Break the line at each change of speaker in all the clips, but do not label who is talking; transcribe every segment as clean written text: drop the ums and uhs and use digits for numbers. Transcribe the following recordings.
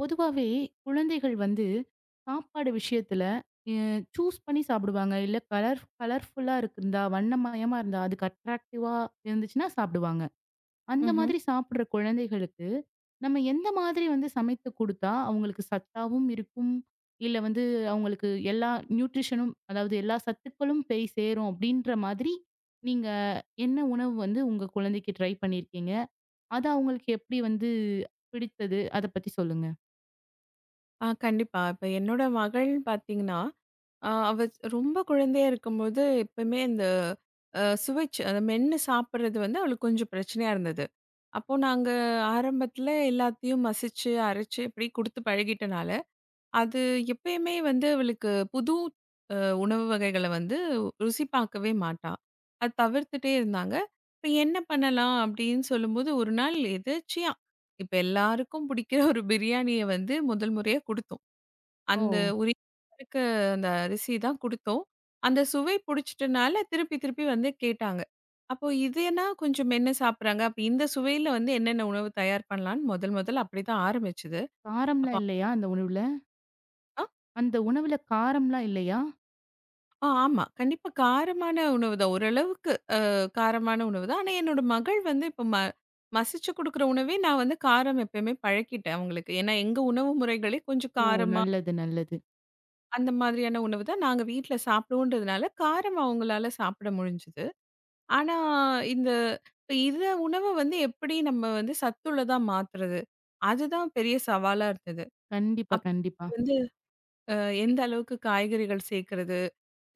பொதுவாவே குழந்தைகள் வந்து சாப்பாடு விஷயத்துல சூஸ் பண்ணி சாப்பிடுவாங்க. இல்ல கலர் கலர்ஃபுல்லா இருந்தா, வண்ணமயமா இருந்தா, அதுக்கு அட்ராக்டிவா இருந்துச்சுன்னா சாப்பிடுவாங்க. அந்த
ம்ஹ்ம்.
மாதிரி சாப்பிடுற குழந்தைகளுக்கு, நம்ம எந்த மாதிரி வந்து சமைத்து குடுத்தா, அவங்களுக்கு சத்தாவும் இருக்கும். இல்ல வந்து அவங்களுக்கு எல்லா நியூட்ரிஷனும் அதாவது எல்லா சத்துக்களும் போய் சேரும் அப்படின்ற மாதிரி, நீங்க என்ன உணவு வந்து உங்க குழந்தைக்கு ட்ரை பண்ணியிருக்கீங்க? அது அவங்களுக்கு எப்படி வந்து பிடித்தது? அத பத்தி சொல்லுங்க.
கண்டிப்பா. இப்ப என்னோட மகள் பார்த்தீங்கன்னா, அவ ரொம்ப குழந்தையா இருக்கும்போது எப்பவுமே இந்த சுவைச்சு அத மென்னு சாப்பிடுறது வந்து அவளுக்கு கொஞ்சம் பிரச்சனையா இருந்தது. அப்போ நாங்க ஆரம்பத்துல எல்லாத்தையும் மசிச்சு, அரைச்சு இப்படி குடுத்து பழகிட்டனால, அது எப்பயுமே வந்து அவளுக்கு புது உணவு வகைகள வந்து ருசி பார்க்கவே மாட்டா. அது தவிர்த்துட்டே இருந்தாங்க. இப்ப என்ன பண்ணலாம் அப்படின்னு சொல்லும்போது, ஒரு நாள் எதேர்ச்சையா இப்ப எல்லாருக்கும் பிடிக்கிற ஒரு பிரியாணிய வந்து முதல் முறையா குடுத்தோம்.
ஓ!
அந்த உரிய இருக்க அந்த அரிசி தான் குடுத்தோம். அந்த சுவை புடிச்சிட்டனால திருப்பி திருப்பி வந்து கேட்டாங்க. அப்போ இதுன்னா கொஞ்சம் மென்னு சாப்பிடுறாங்க. அப்ப இந்த சுவையில வந்து என்னென்ன உணவு தயார் பண்ணலான்னு முதல் முதல்ல அப்படிதான் ஆரம்பிச்சது. அப்ப
காரம்லாம் இல்லையா அந்த உணவுல?
அ
அந்த உணவுல காரம்லாம் இல்லையா?
ஆ ஆமா. கண்டிப்பா காரமான உணவு தான். ஓரளவுக்கு காரமான உணவு தான். ஆனா என்னோட மகள் வந்து இப்ப மசிச்சு குடுக்குற உணவே நான் வந்து காரம் எப்பயுமே பழக்கிட்டேன் அவங்களுக்கு. ஏன்னா எங்க உணவு முறைகளே கொஞ்சம்
ஓ!
காரமா
நல்லது, நல்லது.
அந்த மாதிரியான உணவு தான் நாங்க வீட்ல சாப்பிடுவோன்றதுனால காரம் அவங்களால சாப்பிட முடிஞ்சது. ஆனா, இந்த இப்ப இந்த உணவ வந்து எப்படி நம்ம வந்து சத்துள்ளதா மாத்துறது? அதுதான் பெரிய சவாலா இருந்தது.
கண்டிப்பா,
அப்
கண்டிப்பா.
வந்து அ எந்த அளவுக்கு காய்கறிகள் சேர்க்கிறது?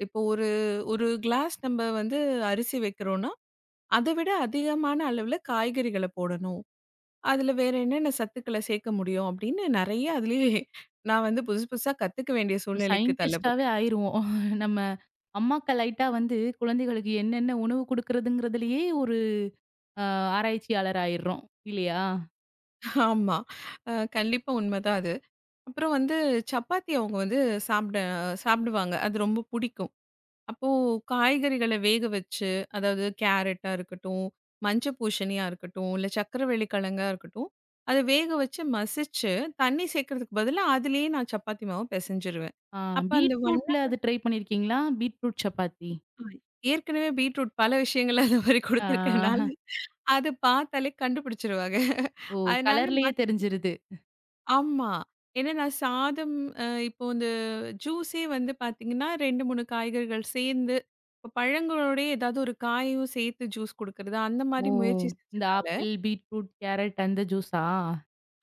இப்போ ஒரு ஒரு கிளாஸ் நம்ம வந்து அரிசி வைக்கிறோம்னா, அத விட அதிகமான அளவுல காய்கறிகள போடணும். அதுல வேற என்னென்ன சத்துக்கள சேர்க்க முடியும்? அப்படின்னு நெறைய அதுலயே நான் வந்து புதுசு புதுசா கத்துக்க வேண்டிய
ஒரு
சூழ்நிலைக்கு
சயின்டிஸ்ட்டாவே
தள்ளப்பட்டேன்.
ஆயிருவோம். நம்ம அம்மாக்கள் ஆயிட்டா வந்து குழந்தைகளுக்கு என்னென்ன உணவு குடுக்குறதுங்கிறதுலயே ஒரு அ ஆராய்ச்சியாளர் ஆயிர்றோம். இல்லையா?
ஆமா. கண்டிப்பா உண்மதான் அது. அப்புறம் வந்து சப்பாத்தி அவங்க வந்து சாப்பிட சாப்பிடுவாங்க. அது ரொம்ப புடிக்கும். அப்போ காய்கறிகள வேக வச்சு, அதாவது கேரட்டா இருக்கட்டும், மஞ்ச பூசணியா இருக்கட்டும், இல்ல சர்க்கரைவள்ளி கிழங்கா இருக்கட்டும், அத வேக வச்சு மசிச்சு, தண்ணி சேர்க்கறதுக்கு பதிலா அதிலேயே நான் சப்பாத்தி மாவு பெசஞ்சிருவேன்.
ஆ
அப்ப அந்த
பீட்ரூட்ல
வண்ணம்
அது ட்ரை பண்ணியிருக்கீங்களா? பீட்ரூட் சப்பாத்தி.
ஏற்கனவே பீட்ரூட் பல விஷயங்கள்ல அந்த மாரி குடுத்துருக்கனால,
ஆ
அத பார்த்தாலே கண்டுபிடிச்சுருவாங்க.
ஓ!
அதனால
கலர்லயே தெரிஞ்சிருது.
ஆமா. ஏன்னா நான் சாதம் இப்போ இந்த ஜூஸே வந்து பார்த்தீங்கன்னா, 2, 3 காய்கறிகள் சேர்ந்து இப்போ பழங்களோடயே ஏதாவது ஒரு காயும் சேர்த்து ஜூஸ் குடுக்குறது, அந்த
ஓ!
மாரி முயற்சி
இந்த
செஞ்சனால
ஆப்பிள், பீட்ரூட், கேரட் அந்த ஜூஸா?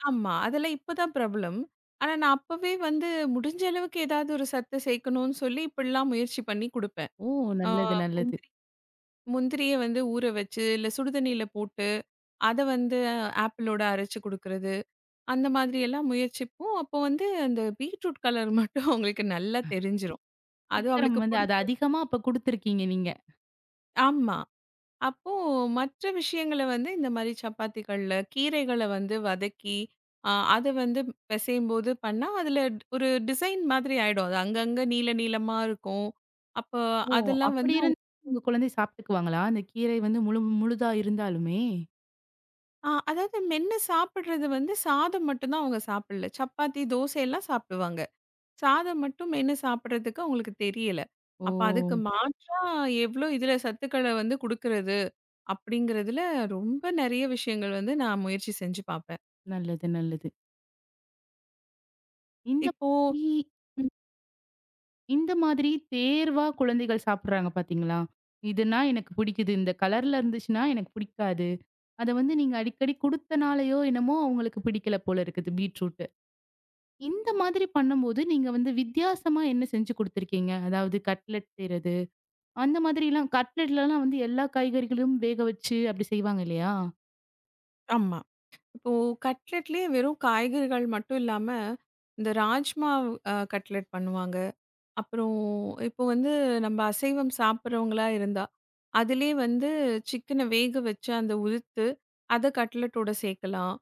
ஆமா. அதெல்லாம் இப்ப தான் பிரபலம். ஆனா நான் அப்பவே வந்து முடிஞ்ச அளவுக்கு ஏதாவது ஒரு சத்து சேர்க்கணும்னு சொல்லி இப்படிலாம் முயற்சி பண்ணி குடுப்பேன்.
ஓ!
ஆ
நல்லது, நல்லது.
முந்திரி முந்திரிய வந்து ஊற வச்சு, இல்ல சுடுதண்ணீல போட்டு, அத வந்து ஆப்பிளோட அரைச்சு குடுக்குறது. அந்த மாதிரி எல்லாம் முயற்சிப்போம். அப்போ வந்து அந்த பீட்ரூட் கலர் மட்டும் அவங்களுக்கு நல்லா தெரிஞ்சிரும். அது
சீக்கிரம்
அவளுக்கு
வந்து அது
பிடிச்ச
அதிகமா அப்ப குடுத்துருக்கீங்க நீங்க.
ஆமா. அப்போ மற்ற விஷயங்கள வந்து இந்த மாரி சப்பாத்திகள்ல கீரைகள வந்து வதக்கி, அத வந்து பிசையும்போது பண்ணா, அதில ஒரு டிசைன் மாதிரி ஆயிடும். அது அங்கங்க நீள நீளமா இருக்கும். அப்போ
ஓ!
அதெல்லாம்
அப்படி
வந்து அவங்க
இருந்து உங்க குழந்தை சாப்பிட்டுக்குவாங்களா? அந்த கீரை வந்து முழு முழுதா இருந்தாலுமே!
அதாவது மென்னு சாப்பிடுறது வந்து சாதம் மட்டும் தான் அவங்க சாப்பிடல. சப்பாத்தி, தோசை எல்லாம் சாப்பிடுவாங்க. சாதம் மட்டும் மென்னு சாப்பிடுறதுக்கு அவங்களுக்கு தெரியல.
ஓ!
அப்ப அதுக்கு மாற்றா எவ்ளோ இதுல சத்துக்கள வந்து குடுக்குறது? அப்படிங்கிறதுல ரொம்ப நெறைய விஷயங்கள் வந்து நான் முயற்சி செஞ்சு பார்ப்பேன்.
நல்லது, நல்லது. இந்த
இப்போ
மாதிரி
ம்
இந்த மாதிரி தேர்வா குழந்தைகள் சாப்பிடுறாங்க பார்த்தீங்களா? இதுனா எனக்கு பிடிக்குது. இந்த கலர்ல இருந்துச்சுன்னா எனக்கு பிடிக்காது. அத வந்து நீங்க அடிக்கடி குடுத்தனாலயோ என்னமோ அவங்களுக்கு பிடிக்கல போல இருக்குது பீட்ரூட்டு. இந்த மாதிரி பண்ணும்போது நீங்க வந்து வித்தியாசமா என்ன செஞ்சு குடுத்துருக்கீங்க? அதாவது கட்லெட் செய்றது, அந்த மாதிரிலாம் கட்லெட்லலாம் வந்து எல்லா காய்கறிகளும் வேக வச்சு அப்படி செய்வாங்க இல்லையா?
ஆமா. இப்போ கட்லெட்லயே வெறும் காய்கறிகள் மட்டும் இல்லாம, இந்த ராஜ்மா கட்லெட் பண்ணுவாங்க. அப்புறம் இப்போ வந்து நம்ம அசைவம் சாப்பிட்றவங்களா இருந்தா, அதிலயே வந்து சிக்கன வேக வச்சு அந்த உதுத்து, அத கட்லட்டோட சேர்க்கலாம்.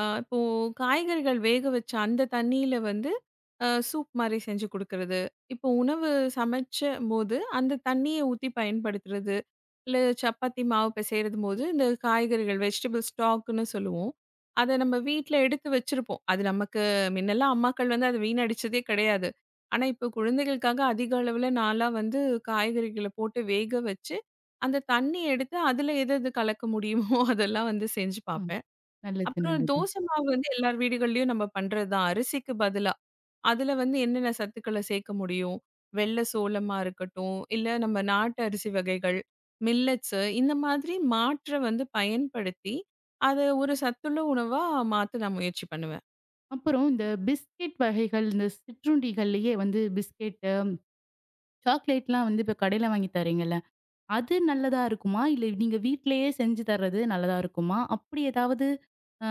இப்போ காய்கறிகள் வேக வச்ச அந்த தண்ணீல வந்து சூப் மாரி செஞ்சு குடுக்கறது. இப்போ உணவு சமைச்சம்போது அந்த தண்ணிய ஊத்தி பயன்படுத்துறது. இல்ல சப்பாத்தி மாவு பெசைறதும்போது இந்த காய்கறிகள் வெஜிடபிள் ஸ்டாக்குன்னு சொல்லுவோம். அத நம்ம வீட்ல எடுத்து வச்சிருப்போம். அது நமக்கு முன்னெல்லாம் அம்மாக்கள் வந்து அத வீணடிச்சதே கிடையாது. ஆனா, இப்போ குழந்தைகளுக்காக அதிக அளவுல நான்லாம் வந்து காய்கறிகள போட்டு வேக வச்சு, அந்த தண்ணி எடுத்து அதுல எது எது கலக்க முடியுமோ அதெல்லாம் வந்து செஞ்சு பார்ப்பேன்.
நல்லது,
அப்புறம்
நல்லது.
தோசை மாவு வந்து எல்லார் வீடுகள்லயும் நம்ம பண்றது தான். அரிசிக்கு பதிலா, அதுல வந்து என்னென்ன சத்துக்கள சேர்க்க முடியும்? வெள்ள சோளமா இருக்கட்டும், இல்ல நம்ம நாட்டு அரிசி வகைகள், மில்லட்ஸு இந்த மாதிரி மாற்ற வந்து பயன்படுத்தி, அத ஒரு சத்துள்ள உணவா மாத்த நான் முயற்சி பண்ணுவேன்.
அப்புறம் இந்த பிஸ்கெட் வகைகள், இந்த சிற்றுண்டிகள்லயே வந்து பிஸ்கெட்டு, சாக்லேட்லாம் வந்து இப்ப கடையில வாங்கி தர்றீங்கல்ல, அது நல்லதா இருக்குமா? இல்ல நீங்க வீட்லயே செஞ்சு தர்றது நல்லதா இருக்குமா? அப்படி ஏதாவது அ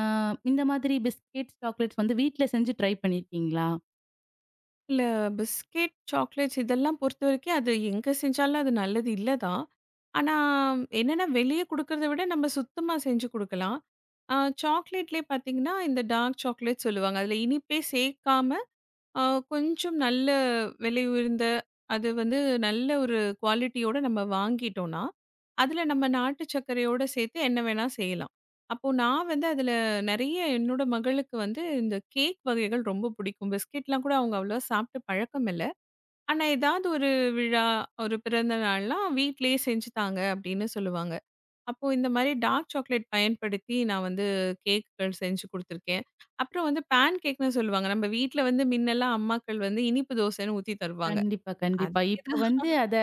இந்த மாதிரி பிஸ்கெட், சாக்லேட்ஸ் வந்து வீட்ல செஞ்சு ட்ரை பண்ணியிருக்கீங்களா?
இல்ல பிஸ்கெட், சாக்லேட்ஸ் இதெல்லாம் பொறுத்தவரைக்கும் அது எங்க செஞ்சாலும் அது நல்லது இல்ல தான். ஆனா, என்னன்னா வெளிய குடுக்கறத விட நம்ம சுத்தமா செஞ்சு குடுக்கலாம். அ சாக்லேட்லயே பார்த்தீங்கன்னா, இந்த டார்க் சாக்லேட் சொல்லுவாங்க. அதுல இனிப்பே சேர்க்காம ஆ, கொஞ்சம் நல்ல விலை உயர்ந்த அது வந்து நல்ல ஒரு குவாலிட்டியோட நம்ம வாங்கிட்டோம்னா, அதில நம்ம நாட்டு சர்க்கரையோட சேர்த்து என்ன வேணா செய்யலாம். அப்போ நான் வந்து அதில நெறைய என்னோட மகளுக்கு வந்து இந்த கேக் வகைகள் ரொம்ப பிடிக்கும். பிஸ்கெட்லாம் கூட அவங்க அவ்வளவா சாப்பிட்டு பழக்கம் இல்ல. ஆனா ஏதாவது ஒரு விழா, ஒரு பிறந்த நாள்லாம் வீட்லயே செஞ்சு தாங்க அப்படின்னு சொல்லுவாங்க. அப்போ இந்த மாரி டார்க் சாக்லேட் பயன்படுத்தி நான் வந்து கேக்குகள் செஞ்சு குடுத்துருக்கேன். அப்புறம் வந்து பேன் கேக்ன்னு சொல்லுவாங்க. நம்ம வீட்ல வந்து முன்னெல்லாம் அம்மாக்கள் வந்து இனிப்பு தோசைன்னு ஊத்தி தருவாங்க.
கண்டிப்பா, கண்டிப்பா.
அதே
இப்ப
தான்
வந்து அத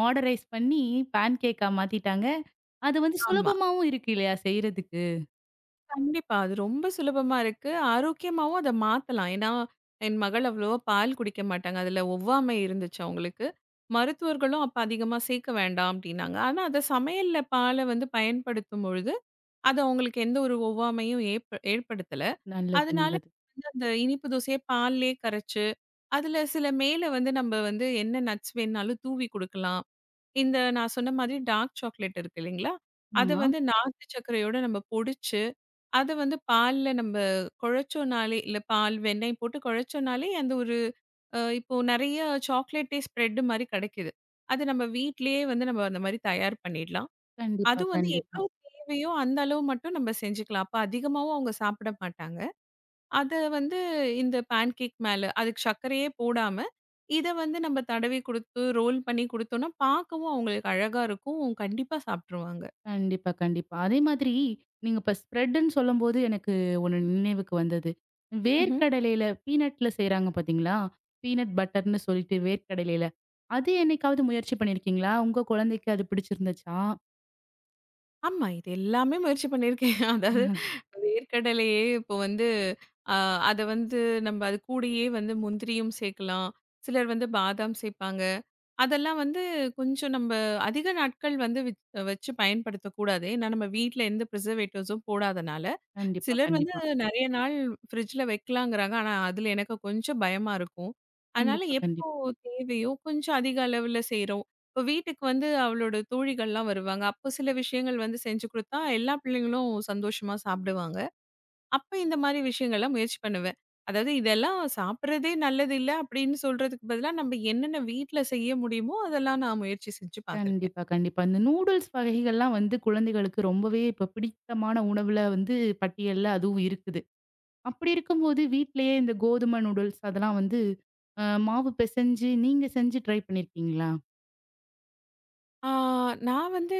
மாடரைஸ் பண்ணி பேன் கேக்கா மாத்திட்டாங்க. அது வந்து
ஆமா.
சுலபமாவும் இருக்கு இல்லையா செய்றதுக்கு?
கண்டிப்பா. அது ரொம்ப சுலபமா இருக்கு. ஆரோக்கியமாவும் அத மாத்தலாம். ஏன்னா, என் மகள் அவ்வளவா பால் குடிக்க மாட்டாங்க. அதுல ஒவ்வாமை இருந்துச்சு அவங்களுக்கு. மருத்துவர்களும் அப்ப அதிகமா சேர்க்க வேண்டாம் அப்டின்னாங்க. ஆனா, அத சமையல்ல பால வந்து பயன்படுத்தும் பொழுது, அது அவங்களுக்கு எந்த ஒரு ஒவ்வாமையும் ஏற்படுத்தல.
நல்லது,
அதனால
நல்லது.
வந்து அந்த இனிப்பு தோசைய பால்லயே கரைச்சு, அதுல சில மேல வந்து நம்ம வந்து என்ன நட்ஸ் வேணுனாலும் தூவி குடுக்கலாம். இந்த நான் சொன்ன மாதிரி டார்க் சாக்லேட் இருக்கு இல்லைங்களா? அத
ஆமா.
வந்து நாட்டு சர்க்கரையோட நம்ம பொடிச்சு, அத வந்து பால்ல நம்ம குழச்சோனாலே இல்ல பால், வெண்ணெய் போட்டு குழச்சோனாலே அந்த ஒரு இப்போ நெறைய சாக்லேட்டே ஸ்ப்ரெட் மாரி கெடைக்குது. அது நம்ம வீட்லயே வந்து நம்ம அந்த மாரி தயார் பண்ணிடலாம்.
கண்டிப்பா,
அதுவும் வந்து
கண்டிப்பா.
எவ்ளோ தேவையோ அந்த அளவு மட்டும் நம்ம செஞ்சுக்கலாம். அப்ப அதிகமாவும் அவங்க சாப்பிட மாட்டாங்க. அத வந்து இந்த பேன் கேக் மேல அதுக்கு சர்க்கரையே போடாம, இத வந்து நம்ம தடவி குடுத்து, ரோல் பண்ணி குடுத்தோம்னா, பார்க்கவும் அவங்களுக்கு அழகா இருக்கும். கண்டிப்பா சாப்ட்டுருவாங்க.
கண்டிப்பா, கண்டிப்பா. அதே மாதிரி நீங்க இப்ப ஸ்ப்ரெட்டுன்னு சொல்லும்போது எனக்கு ஒண்ணு நினைவுக்கு வந்தது.
ம்ஹ்ம்.
வேர்க்கடலையில பீனட்ல செய்றாங்க பார்த்தீங்களா? பீனட் பட்டர்ன்னு சொல்லிட்டு வேர்க்கடலையில. அது என்னைக்காவது முயற்சி பண்ணியிருக்கீங்களா? உங்க குழந்தைக்கு அது பிடிச்சிருந்துச்சா?
ஆமா. இது எல்லாமே முயற்சி பண்ணியிருக்கேன். அதாவது வேர்க்கடலையே இப்போ வந்து அ அத வந்து நம்ம அது கூடயே வந்து முந்திரியும் சேர்க்கலாம். சிலர் வந்து பாதாம் சேர்ப்பாங்க. அதெல்லாம் வந்து கொஞ்சம் நம்ம அதிக நாட்கள் வந்து வச்சு பயன்படுத்தக்கூடாது. ஏன்னா நம்ம வீட்ல எந்த ப்ரிசர்வேட்டிவ்ஸும் போடாதனால.
கண்டிப்பா,
சிலர் வந்து
கண்டிப்பா.
நெறைய நாள் ஃப்ரிட்ஜ்ல வைக்கலாங்கிறாங்க. ஆனா, அதுல எனக்கு கொஞ்சம் பயமா இருக்கும். அதனால
கண்டிப்பா, கண்டிப்பா.
எப்போ தேவையோ கொஞ்சம் அதிக அளவுல செய்றோம். இப்போ வீட்டுக்கு வந்து அவளோட தோழிகள்லாம் வருவாங்க. அப்போ சில விஷயங்கள் வந்து செஞ்சு குடுத்தா எல்லா பிள்ளைங்களும் சந்தோஷமா சாப்பிடுவாங்க. அப்ப இந்த மாரி விஷயங்கள்லாம் முயற்சி பண்ணுவேன். அதாவது இதெல்லாம் சாப்பிடுறதே நல்லது இல்ல அப்படின்னு சொல்றதுக்கு பதிலா நம்ம என்னென்ன வீட்ல செய்ய முடியுமோ அதெல்லாம் நான் முயற்சி செஞ்சு பார்த்துருக்கேன்.
கண்டிப்பா, கண்டிப்பா. இந்த நூடுல்ஸ் வகைகள்லாம் வந்து குழந்தைகளுக்கு ரொம்பவே இப்ப பிடித்தமான உணவுல வந்து பட்டியல்ல அதுவும் இருக்குது. அப்படி இருக்கும்போது வீட்லயே இந்த கோதுமை நூடுல்ஸ் அதெல்லாம் வந்து மாவு பெசஞ்சு நீங்க செஞ்சு ட்ரை பண்ணியிருக்கீங்களா?
ஆ, நான் வந்து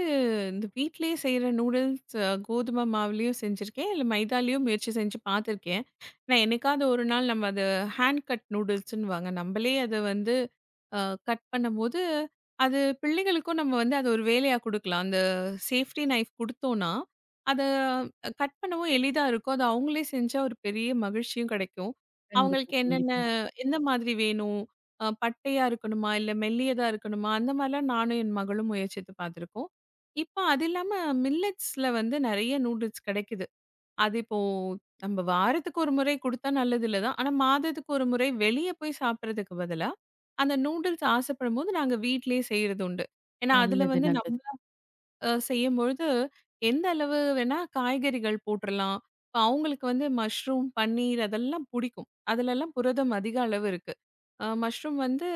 இந்த வீட்லயே செய்ற நூடுல்ஸ் கோதுமை மாவுலயும் செஞ்சிருக்கேன். இல்ல மைதாலயும் முயற்சி செஞ்சு பார்த்துருக்கேன். நான் என்னைக்காவது ஒரு நாள் நம்ம அத ஹேண்ட் கட் நூடுல்ஸ்ன்னுவாங்க. நம்பளே அத வந்து அ கட் பண்ணும்போது, அது பிள்ளைகளுக்கும் நம்ம வந்து அது ஒரு வேலையா குடுக்கலாம். அந்த சேஃப்டி நைஃப் குடுத்தோம்னா, அத கட் பண்ணவும் எளிதா இருக்கும். அது அவங்களே செஞ்சா ஒரு பெரிய மகிழ்ச்சியும் கெடைக்கும்.
கண்டிப்பா,
அவங்களுக்கு என்னென்ன
கண்டிப்பா.
எந்த மாதிரி வேணும்? பட்டையா இருக்கணுமா? இல்ல மெல்லியதா இருக்கணுமா? அந்த மாரிலாம் நானும் என் மகளும் முயற்சித்து பார்த்துருக்கோம். இப்போ அது இல்லாம மில்லட்ஸ்ல வந்து நெறைய நூடுல்ஸ் கிடைக்குது. அது இப்போ நம்ம வாரத்துக்கு ஒரு முறை குடுத்தா நல்லதில்ல தான். ஆனா மாதத்துக்கு ஒரு முறை வெளிய போய் சாப்பிடுறதுக்கு பதிலா, அந்த நூடுல்ஸ் ஆசைப்படும்போது நாங்க வீட்லயே செய்றது உண்டு. ஏன்னா, அதுல
நல்லது,
வந்து
நல்லது.
நம்ம செய்யும்பொழுது, எந்த அளவு வேணா காய்கறிகள் போட்றலாம். இப்ப அவங்களுக்கு வந்து மஷ்ரூம், பன்னீர் அதெல்லாம் புடிக்கும். அதுலலாம் புரதம் அதிக அளவு இருக்கு. மஷ்ரூம் வந்து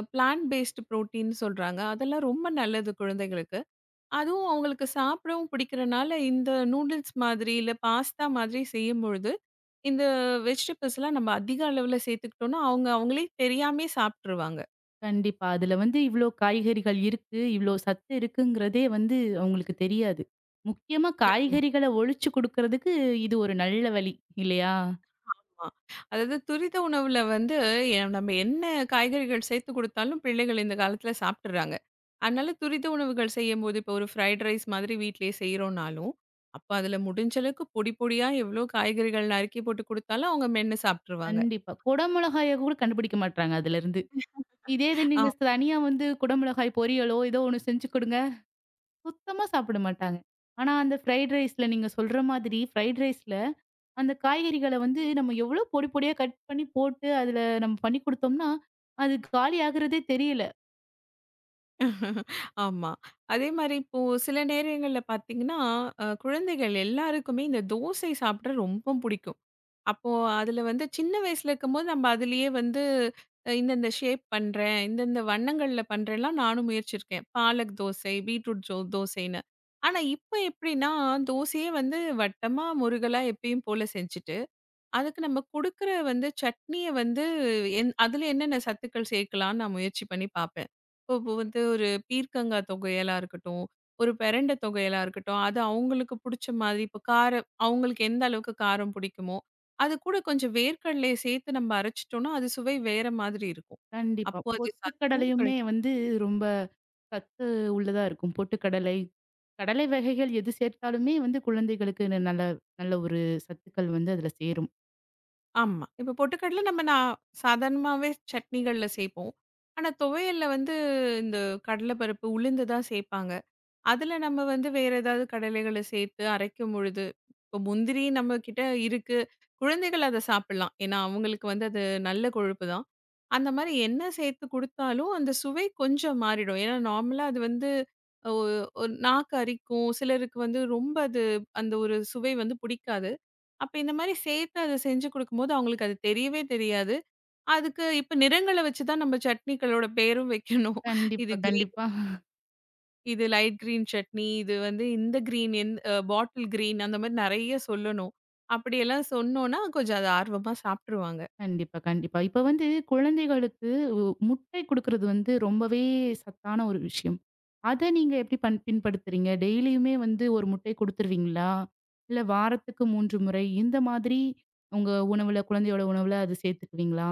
பிளான்ட் பேஸ்டு புரோட்டீன் சொல்றாங்க. அதெல்லாம் ரொம்ப நல்லது குழந்தைகளுக்கு. அதுவும் அவங்களுக்கு சாப்பிடவும் பிடிக்கிறனால, இந்த நூடுல்ஸ் மாதிரி, இல்ல பாஸ்தா மாதிரி செய்யும்பொழுது, இந்த வெஜிடபிள்ஸ்லாம் நம்ம அதிக அளவுல சேர்த்துக்கிட்டோம்னா, அவங்க அவங்களே தெரியாமயே சாப்ட்டுருவாங்க.
கண்டிப்பா. அதுல வந்து இவ்ளோ காய்கறிகள் இருக்கு, இவ்ளோ சத்து இருக்குங்கிறதே வந்து அவங்களுக்கு தெரியாது. முக்கியமா காய்கறிகள ஒழிச்சு குடுக்கறதுக்கு இது ஒரு நல்ல வழி இல்லையா?
ஆமா. அதாவது துரித உணவுல வந்து நம்ம என்ன காய்கறிகள் சேர்த்து குடுத்தாலும் பிள்ளைகள் இந்த காலத்துல சாப்பிட்டுறாங்க. அதனால துரித உணவுகள் செய்யும்போது, இப்போ ஒரு ஃப்ரைட் ரைஸ் மாதிரி வீட்லயே செய்றோம்னாலும், அப்ப அதுல முடிஞ்ச அளவுக்கு பொடி பொடியா எவ்ளோ காய்கறிகள் நறுக்கி போட்டு குடுத்தாலும் அவங்க மென்னு சாப்ட்டுருவாங்க.
கண்டிப்பா. குடமிளகாய கூட கண்டுபிடிக்க மாட்றாங்க அதுலருந்து. இதே இது
ஆ
நீங்க தனியா வந்து குடமிளகாய் பொரியலோ, ஏதோ ஒண்ணு செஞ்சு குடுங்க, சுத்தமா சாப்பிட மாட்டாங்க. ஆனா அந்த ஃப்ரைட் ரைஸ்ல நீங்க சொல்ற மாதிரி ஃப்ரைட் ரைஸ்ல அந்த காய்கறிகள வந்து நம்ம எவ்ளோ பொடி பொடியா கட் பண்ணி போட்டு, அதுல நம்ம பண்ணி குடுத்தோம்னா, அது காலி ஆகுறதே தெரியல.
ஆமா. அதே மாரி இப்போ சில நேரங்கள்ல பார்த்தீங்கன்னா, குழந்தைகள் எல்லாருக்குமே இந்த தோசை சாப்பிட ரொம்ப புடிக்கும். அப்போ அதுல வந்து சின்ன வயசுல இருக்கும்போது நம்ம அதிலேயே வந்து இந்தந்த ஷேப் பண்றேன், இந்தந்த வண்ணங்கள்ல பண்றேன்லாம் நானும் முயற்சிருக்கேன். பாலக் தோசை, பீட்ரூட் ஜோ தோசைன்னு. ஆனா இப்ப எப்படின்னா, தோசையே வந்து வட்டமா, முருகலா எப்பயும் போல செஞ்சுட்டு அதுக்கு நம்ம குடுக்குற வந்து சட்னிய வந்து அதில என்னென்ன சத்துக்கள் சேர்க்கலான்னு நான் முயற்சி பண்ணி பார்ப்பேன். இப்போ இப்போ வந்து ஒரு பீர்க்கங்காய் தொகையலா இருக்கட்டும், ஒரு பெரண்ட தொகையலா இருக்கட்டும், அது அவங்களுக்கு புடிச்ச மாதிரி இப்போ காரம் அவங்களுக்கு எந்த அளவுக்கு காரம் பிடிக்குமோ, அது கூட கொஞ்சம் வேர்க்கடலைய சேர்த்து நம்ம அரைச்சுட்டோம்னா, அது சுவை வேற மாதிரி இருக்கும்.
கண்டிப்பா.
அப்போ அது சத்தும்
பொட்டுக்கடலையுமே
கிடைக்கும்.
வந்து ரொம்ப சத்து உள்ளதா இருக்கும். பொட்டுக்கடலை, கடலை வகைகள் எது சேர்த்தாலுமே வந்து குழந்தைகளுக்கு நல்ல நல்ல ஒரு சத்துக்கள் வந்து அதுல சேரும்.
ஆமா. இப்போ பொட்டுக்கடல நம்ம நான் சாதாரணமாவே சட்னிகள்ல சேர்ப்போம். ஆனா துவையல்ல வந்து இந்த கடல பருப்பு, உளுந்து தான் சேர்ப்பாங்க. அதுல நம்ம வந்து வேற ஏதாவது கடலைகள சேர்த்து அரைக்கும் பொழுது, இப்போ முந்திரி நம்ம கிட்ட இருக்கு. குழந்தைகள் அத சாப்பிடலாம். ஏன்னா, அவங்களுக்கு வந்து அது நல்ல கொழுப்பு தான். அந்த மாரி என்ன சேர்த்து குடுத்தாலும், அந்த சுவை கொஞ்சம் மாறிடும். ஏன்னா, நார்மலா அது வந்து ஒ ஒரு நாக்கு அரிக்கும். சிலருக்கு வந்து ரொம்ப அது அந்த ஒரு சுவை வந்து பிடிக்காது. அப்ப இந்த மாரி சேர்த்து அத செஞ்சு குடுக்கும்போது, அவங்களுக்கு அது தெரியவே தெரியாது. அதுக்கு இப்ப நிறங்கள வச்சு தான் நம்ம சட்னிகளோட பேரும் வைக்கணும். இது
கண்டிப்பா, கண்டிப்பா.
இது லைட் கிரீன் சட்னி, இது வந்து இந்த கிரீன் எந் அ பாட்டில் கிரீன் அந்த மாரி நெறைய சொல்லணும். அப்படியெல்லாம் சொன்னோம்னா, கொஞ்சம் அத ஆர்வமா சாப்ட்டுருவாங்க.
கண்டிப்பா, கண்டிப்பா. இப்ப வந்து குழந்தைகளுக்கு உ முட்டை குடுக்குறது வந்து ரொம்பவே சத்தான ஒரு விஷயம். அத நீங்க எப்படி பின்படுத்துறீங்க? டெய்லியுமே வந்து ஒரு முட்டை குடுத்துருவீங்களா? இல்ல வாரத்துக்கு 3 முறை இந்த மாதிரி உங்க உணவுல குழந்தையோட உணவுல அது சேர்த்துக்குவீங்களா?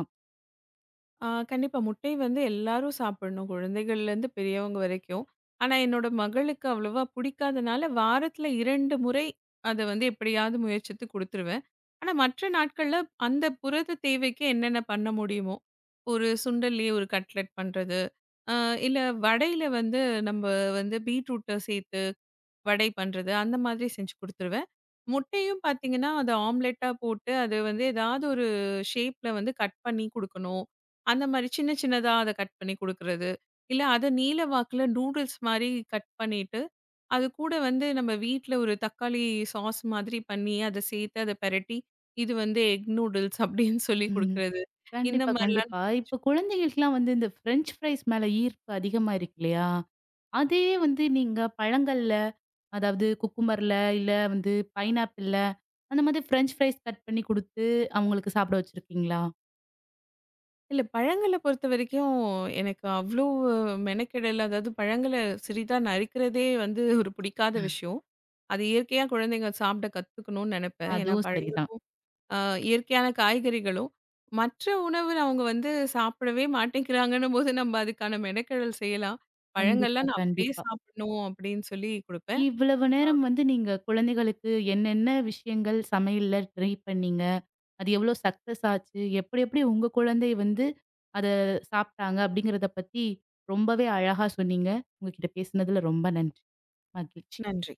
ஆ கண்டிப்பா முட்டை வந்து எல்லாரும் சாப்பிடணும். குழந்தைகள்லேருந்து பெரியவங்க வரைக்கும். ஆனா என்னோட மகளுக்கு அவ்வளவா பிடிக்காதனால, வாரத்துல 2 முறை அத வந்து எப்படியாவது முயற்சித்து குடுத்துருவேன். ஆனா மற்ற நாட்கள்ல அந்த புரத தேவைக்கு என்னென்ன பண்ண முடியுமோ, ஒரு சுண்டல்லயே ஒரு கட்லெட் பண்றது. அ இல்ல வடையில வந்து நம்ம வந்து பீட்ரூட்ட சேர்த்து வடை பண்றது அந்த மாதிரி செஞ்சு குடுத்துருவேன். முட்டையும் பார்த்தீங்கன்னா, அத ஆம்லெட்டா போட்டு அது வந்து ஏதாவது ஒரு ஷேப்ல வந்து கட் பண்ணி குடுக்கணும். அந்த மாரி சின்ன சின்னதா அத கட் பண்ணி குடுக்குறது. இல்ல அத நீள வாக்குல நூடுல்ஸ் மாரி கட் பண்ணிட்டு, அது கூட வந்து நம்ம வீட்ல ஒரு தக்காளி சாஸ் மாதிரி பண்ணி அத சேர்த்து அத பெரட்டி, இது வந்து எக் நூடுல்ஸ் அப்படின்னு சொல்லி
ம்.
குடுக்குறது. இந்த
கண்டிப்பா,
மாரிலாம்
கண்டிப்பா. இப்ப குழந்தைகளுக்குலாம் வந்து இந்த ஃப்ரெஞ்ச் ஃப்ரைஸ் மேல ஈர்ப்பு அதிகமா இருக்கு இல்லையா? அதையே வந்து நீங்க பழங்கள்ல, அதாவது குக்கும்பர்ல, இல்ல வந்து பைனாப்பிள்ல, அந்த மாதிரி ஃப்ரெஞ்ச் ஃப்ரைஸ் கட் பண்ணி குடுத்து, அவங்களுக்கு சாப்பிட வச்சிருக்கீங்களா?
இல்ல பழங்கள பொறுத்தவரைக்கும், எனக்கு அவ்ளோ மெனக்கெடல் அதாவது பழங்கள சிறிதா நறுக்கிறதே வந்து ஒரு பிடிக்காத விஷயம். அது இயற்கையா குழந்தைங்க சாப்பிட கத்துக்கணும்னு நெனைப்பேன். ஏன்னா
அதுவும்
பழங்கள்
சரிதான்.
அ இயற்கையான காய்கறிகளும், மற்ற உணவு அவங்க வந்து சாப்பிடவே மாட்டேங்கிறாங்கன்னும்போது, நம்ம அதுக்கான மெனக்கெடல் செய்யலாம்.
கண்டிப்பா,
பழங்கள்லாம் நான் அப்படியே
கண்டிப்பா.
சாப்பிடணும் அப்படின்னு சொல்லி குடுப்பேன்.
இவ்வளவு
அ
நேரம் வந்து நீங்க குழந்தைகளுக்கு என்னென்ன விஷயங்கள் சமையல்ல ட்ரை பண்ணீங்க? அது எவ்ளோ சக்சஸ் ஆச்சு? எப்படி எப்படி உங்க குழந்தை வந்து அத சாப்ட்டாங்க? அப்படிங்கிறத பத்தி ரொம்பவே அழகா சொன்னீங்க. உங்ககிட்ட பேசினதுல ரொம்ப நன்றி. மகிழ்ச்சி.
நன்றி.